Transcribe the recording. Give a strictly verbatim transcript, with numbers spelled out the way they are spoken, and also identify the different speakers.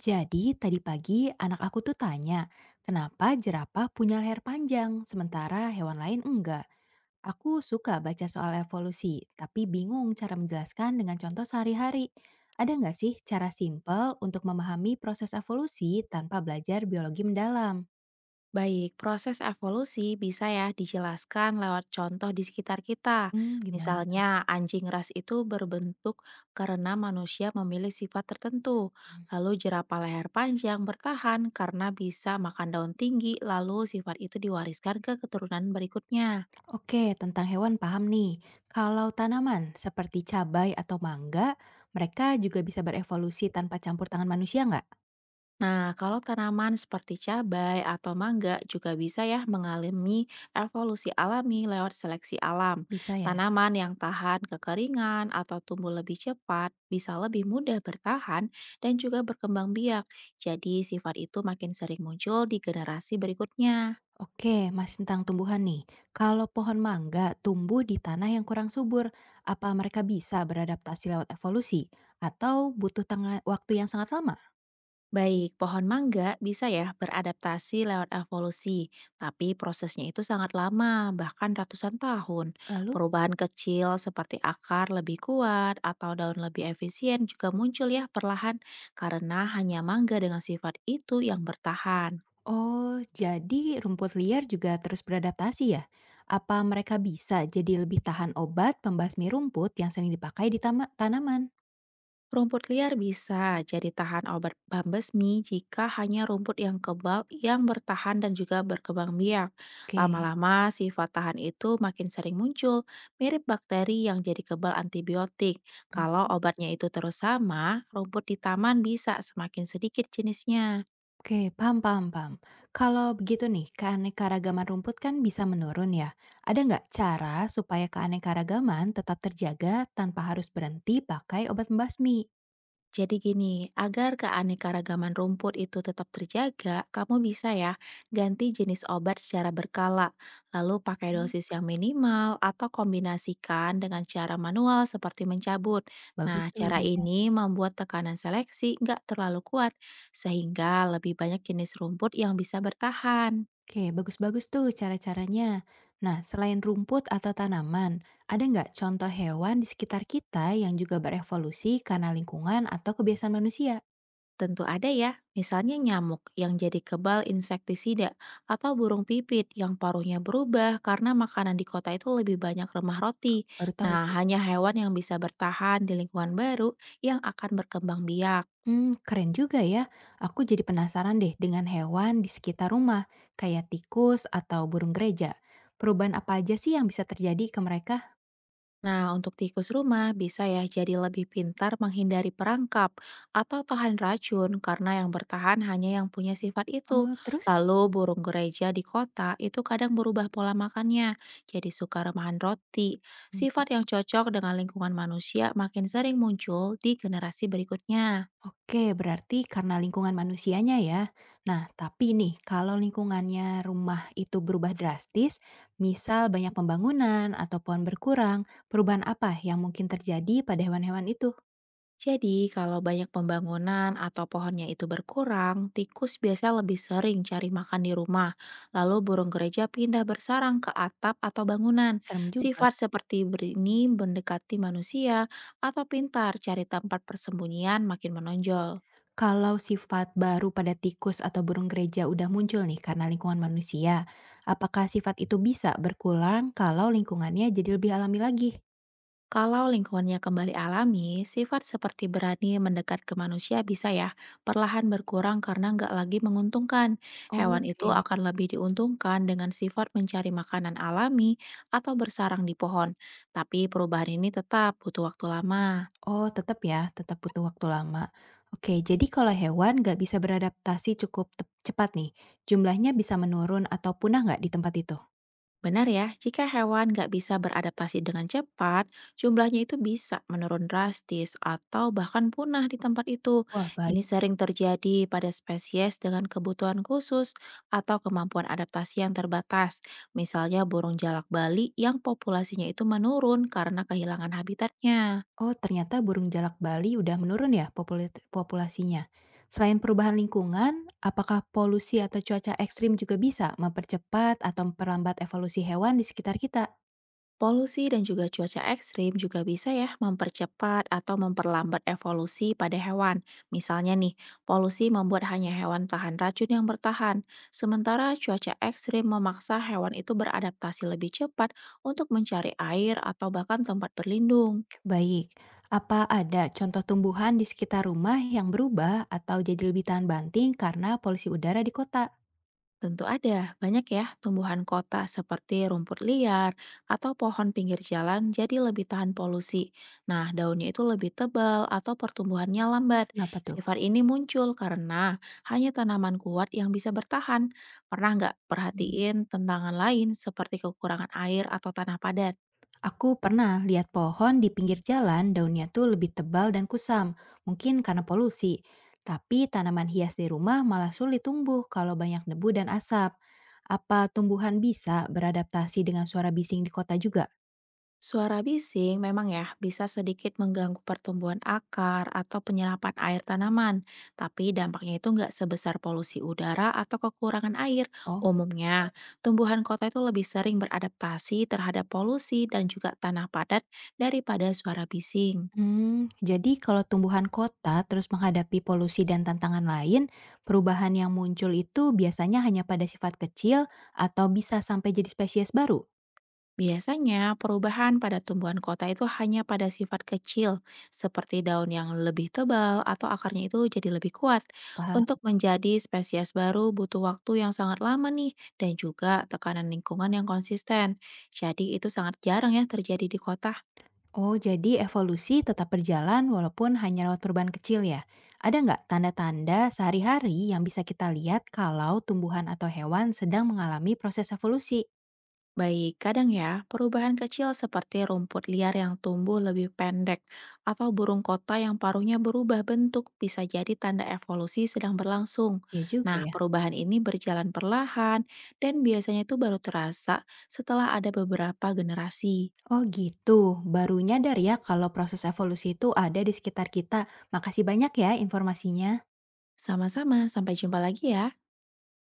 Speaker 1: Jadi tadi pagi anak aku tuh tanya, kenapa jerapah punya leher panjang sementara hewan lain enggak? Aku suka baca soal evolusi, tapi bingung cara menjelaskan dengan contoh sehari-hari. Ada nggak sih cara simpel untuk memahami proses evolusi tanpa belajar biologi mendalam?
Speaker 2: Baik, proses evolusi bisa ya dijelaskan lewat contoh di sekitar kita.
Speaker 1: Hmm, gimana tuh?
Speaker 2: Misalnya, anjing ras itu berbentuk karena manusia memilih sifat tertentu. Lalu jerapah leher panjang bertahan karena bisa makan daun tinggi, lalu sifat itu diwariskan ke keturunan berikutnya.
Speaker 1: Oke, tentang hewan paham nih. Kalau tanaman seperti cabai atau mangga, mereka juga bisa berevolusi tanpa campur tangan manusia nggak?
Speaker 2: Nah, kalau tanaman seperti cabai atau mangga juga bisa ya mengalami evolusi alami lewat seleksi alam.
Speaker 1: Bisa ya?
Speaker 2: Tanaman yang tahan kekeringan atau tumbuh lebih cepat bisa lebih mudah bertahan dan juga berkembang biak. Jadi, sifat itu makin sering muncul di generasi berikutnya.
Speaker 1: Oke, Mas, tentang tumbuhan nih. Kalau pohon mangga tumbuh di tanah yang kurang subur, apa mereka bisa beradaptasi lewat evolusi atau butuh tengah waktu yang sangat lama?
Speaker 2: Baik, pohon mangga bisa ya beradaptasi lewat evolusi, tapi prosesnya itu sangat lama, bahkan ratusan tahun.
Speaker 1: Lalu,
Speaker 2: Perubahan kecil seperti akar lebih kuat atau daun lebih efisien juga muncul ya perlahan karena hanya mangga dengan sifat itu yang bertahan.
Speaker 1: oh, jadi rumput liar juga terus beradaptasi ya? Apa mereka bisa jadi lebih tahan obat pembasmi rumput yang sering dipakai di tama- tanaman?
Speaker 2: Rumput liar bisa jadi tahan obat pembesmi jika hanya rumput yang kebal yang bertahan dan juga berkembang biak.
Speaker 1: Oke.
Speaker 2: Lama-lama sifat tahan itu makin sering muncul, mirip bakteri yang jadi kebal antibiotik. Kalau obatnya itu terus sama, rumput di taman bisa semakin sedikit jenisnya.
Speaker 1: Oke, paham paham paham. Kalau begitu nih, keanekaragaman rumput kan bisa menurun ya. Ada nggak cara supaya keanekaragaman tetap terjaga tanpa harus berhenti pakai obat membasmi?
Speaker 2: Jadi gini, agar keanekaragaman rumput itu tetap terjaga, kamu bisa ya ganti jenis obat secara berkala, lalu pakai
Speaker 1: Hmm.
Speaker 2: dosis yang minimal atau kombinasikan dengan cara manual seperti mencabut.
Speaker 1: Bagus
Speaker 2: Nah,
Speaker 1: tuh
Speaker 2: cara
Speaker 1: idenya.
Speaker 2: ini membuat tekanan seleksi nggak terlalu kuat, sehingga lebih banyak jenis rumput yang bisa bertahan.
Speaker 1: Oke, bagus-bagus tuh cara-caranya. Nah, selain rumput atau tanaman, ada nggak contoh hewan di sekitar kita yang juga berevolusi karena lingkungan atau kebiasaan manusia?
Speaker 2: Tentu ada ya, misalnya nyamuk yang jadi kebal insektisida atau burung pipit yang paruhnya berubah karena makanan di kota itu lebih banyak remah roti.
Speaker 1: Baru tahu
Speaker 2: Nah,
Speaker 1: tuh.
Speaker 2: hanya hewan yang bisa bertahan di lingkungan baru yang akan berkembang biak.
Speaker 1: Hmm, keren juga ya. Aku jadi penasaran deh dengan hewan di sekitar rumah, kayak tikus atau burung gereja. Perubahan apa aja sih yang bisa terjadi ke mereka?
Speaker 2: Nah, untuk tikus rumah bisa ya jadi lebih pintar menghindari perangkap atau tahan racun karena yang bertahan hanya yang punya sifat itu.
Speaker 1: Oh, terus?
Speaker 2: Lalu burung gereja di kota itu kadang berubah pola makannya, jadi suka remahan roti.
Speaker 1: Hmm.
Speaker 2: Sifat yang cocok dengan lingkungan manusia makin sering muncul di generasi berikutnya.
Speaker 1: Oke, berarti karena lingkungan manusianya ya. Nah, tapi nih, kalau lingkungannya rumah itu berubah drastis, misal banyak pembangunan atau pohon berkurang, perubahan apa yang mungkin terjadi pada hewan-hewan itu?
Speaker 2: Jadi, kalau banyak pembangunan atau pohonnya itu berkurang, tikus biasa lebih sering cari makan di rumah. Lalu burung gereja pindah bersarang ke atap atau bangunan.
Speaker 1: Serem juga.
Speaker 2: Sifat seperti ber- ini mendekati manusia atau pintar cari tempat persembunyian makin menonjol.
Speaker 1: Kalau sifat baru pada tikus atau burung gereja udah muncul nih karena lingkungan manusia, apakah sifat itu bisa berkurang kalau lingkungannya jadi lebih alami lagi?
Speaker 2: Kalau lingkungannya kembali alami, sifat seperti berani mendekat ke manusia bisa ya perlahan berkurang karena nggak lagi menguntungkan. Hewan itu
Speaker 1: Oke.
Speaker 2: akan lebih diuntungkan dengan sifat mencari makanan alami atau bersarang di pohon. Tapi perubahan ini tetap butuh waktu lama.
Speaker 1: Oh, tetap ya, tetap butuh waktu lama. Oke, jadi kalau hewan nggak bisa beradaptasi cukup tep- cepat nih, jumlahnya bisa menurun atau punah nggak di tempat itu?
Speaker 2: Benar ya, jika hewan nggak bisa beradaptasi dengan cepat, jumlahnya itu bisa menurun drastis atau bahkan punah di tempat itu.
Speaker 1: Wah,
Speaker 2: Ini
Speaker 1: baik.
Speaker 2: sering terjadi pada spesies dengan kebutuhan khusus atau kemampuan adaptasi yang terbatas. Misalnya burung jalak Bali yang populasinya itu menurun karena kehilangan habitatnya.
Speaker 1: Oh, ternyata burung jalak Bali udah menurun ya populi- populasinya. Selain perubahan lingkungan, apakah polusi atau cuaca ekstrim juga bisa mempercepat atau memperlambat evolusi hewan di sekitar kita?
Speaker 2: Polusi dan juga cuaca ekstrim juga bisa ya mempercepat atau memperlambat evolusi pada hewan. Misalnya nih, polusi membuat hanya hewan tahan racun yang bertahan, sementara cuaca ekstrim memaksa hewan itu beradaptasi lebih cepat untuk mencari air atau bahkan tempat berlindung.
Speaker 1: Baik, apa ada contoh tumbuhan di sekitar rumah yang berubah atau jadi lebih tahan banting karena polusi udara di kota?
Speaker 2: Tentu ada, banyak ya tumbuhan kota seperti rumput liar atau pohon pinggir jalan jadi lebih tahan polusi. Nah, daunnya itu lebih tebal atau pertumbuhannya lambat.
Speaker 1: Kenapa
Speaker 2: Sifat ini muncul karena hanya tanaman kuat yang bisa bertahan. Pernah nggak
Speaker 1: tuh?
Speaker 2: perhatiin tantangan lain seperti kekurangan air atau tanah padat?
Speaker 1: Aku pernah lihat pohon di pinggir jalan, daunnya tuh lebih tebal dan kusam, mungkin karena polusi. Tapi tanaman hias di rumah malah sulit tumbuh kalau banyak debu dan asap. Apa tumbuhan bisa beradaptasi dengan suara bising di kota juga?
Speaker 2: Suara bising memang ya bisa sedikit mengganggu pertumbuhan akar atau penyerapan air tanaman, tapi dampaknya itu nggak sebesar polusi udara atau kekurangan air.
Speaker 1: Oh, nggak bisa.
Speaker 2: Umumnya, tumbuhan kota itu lebih sering beradaptasi terhadap polusi dan juga tanah padat daripada suara bising.
Speaker 1: Hmm, jadi kalau tumbuhan kota terus menghadapi polusi dan tantangan lain, perubahan yang muncul itu biasanya hanya pada sifat kecil atau bisa sampai jadi spesies baru?
Speaker 2: Biasanya, perubahan pada tumbuhan kota itu hanya pada sifat kecil, seperti daun yang lebih tebal atau akarnya itu jadi lebih kuat.
Speaker 1: Paham?
Speaker 2: Untuk menjadi spesies baru butuh waktu yang sangat lama nih, dan juga tekanan lingkungan yang konsisten. Jadi itu sangat jarang ya terjadi di kota.
Speaker 1: Oh, jadi evolusi tetap berjalan walaupun hanya lewat perubahan kecil ya? Ada nggak tanda-tanda sehari-hari yang bisa kita lihat kalau tumbuhan atau hewan sedang mengalami proses evolusi?
Speaker 2: Baik, kadang ya, perubahan kecil seperti rumput liar yang tumbuh lebih pendek atau burung kota yang paruhnya berubah bentuk bisa jadi tanda evolusi sedang berlangsung.
Speaker 1: Ya juga
Speaker 2: Nah,
Speaker 1: ya.
Speaker 2: perubahan ini berjalan perlahan dan biasanya itu baru terasa setelah ada beberapa generasi.
Speaker 1: Oh gitu, baru nyadar ya kalau proses evolusi itu ada di sekitar kita. Makasih banyak ya informasinya.
Speaker 2: Sama-sama, sampai jumpa lagi ya.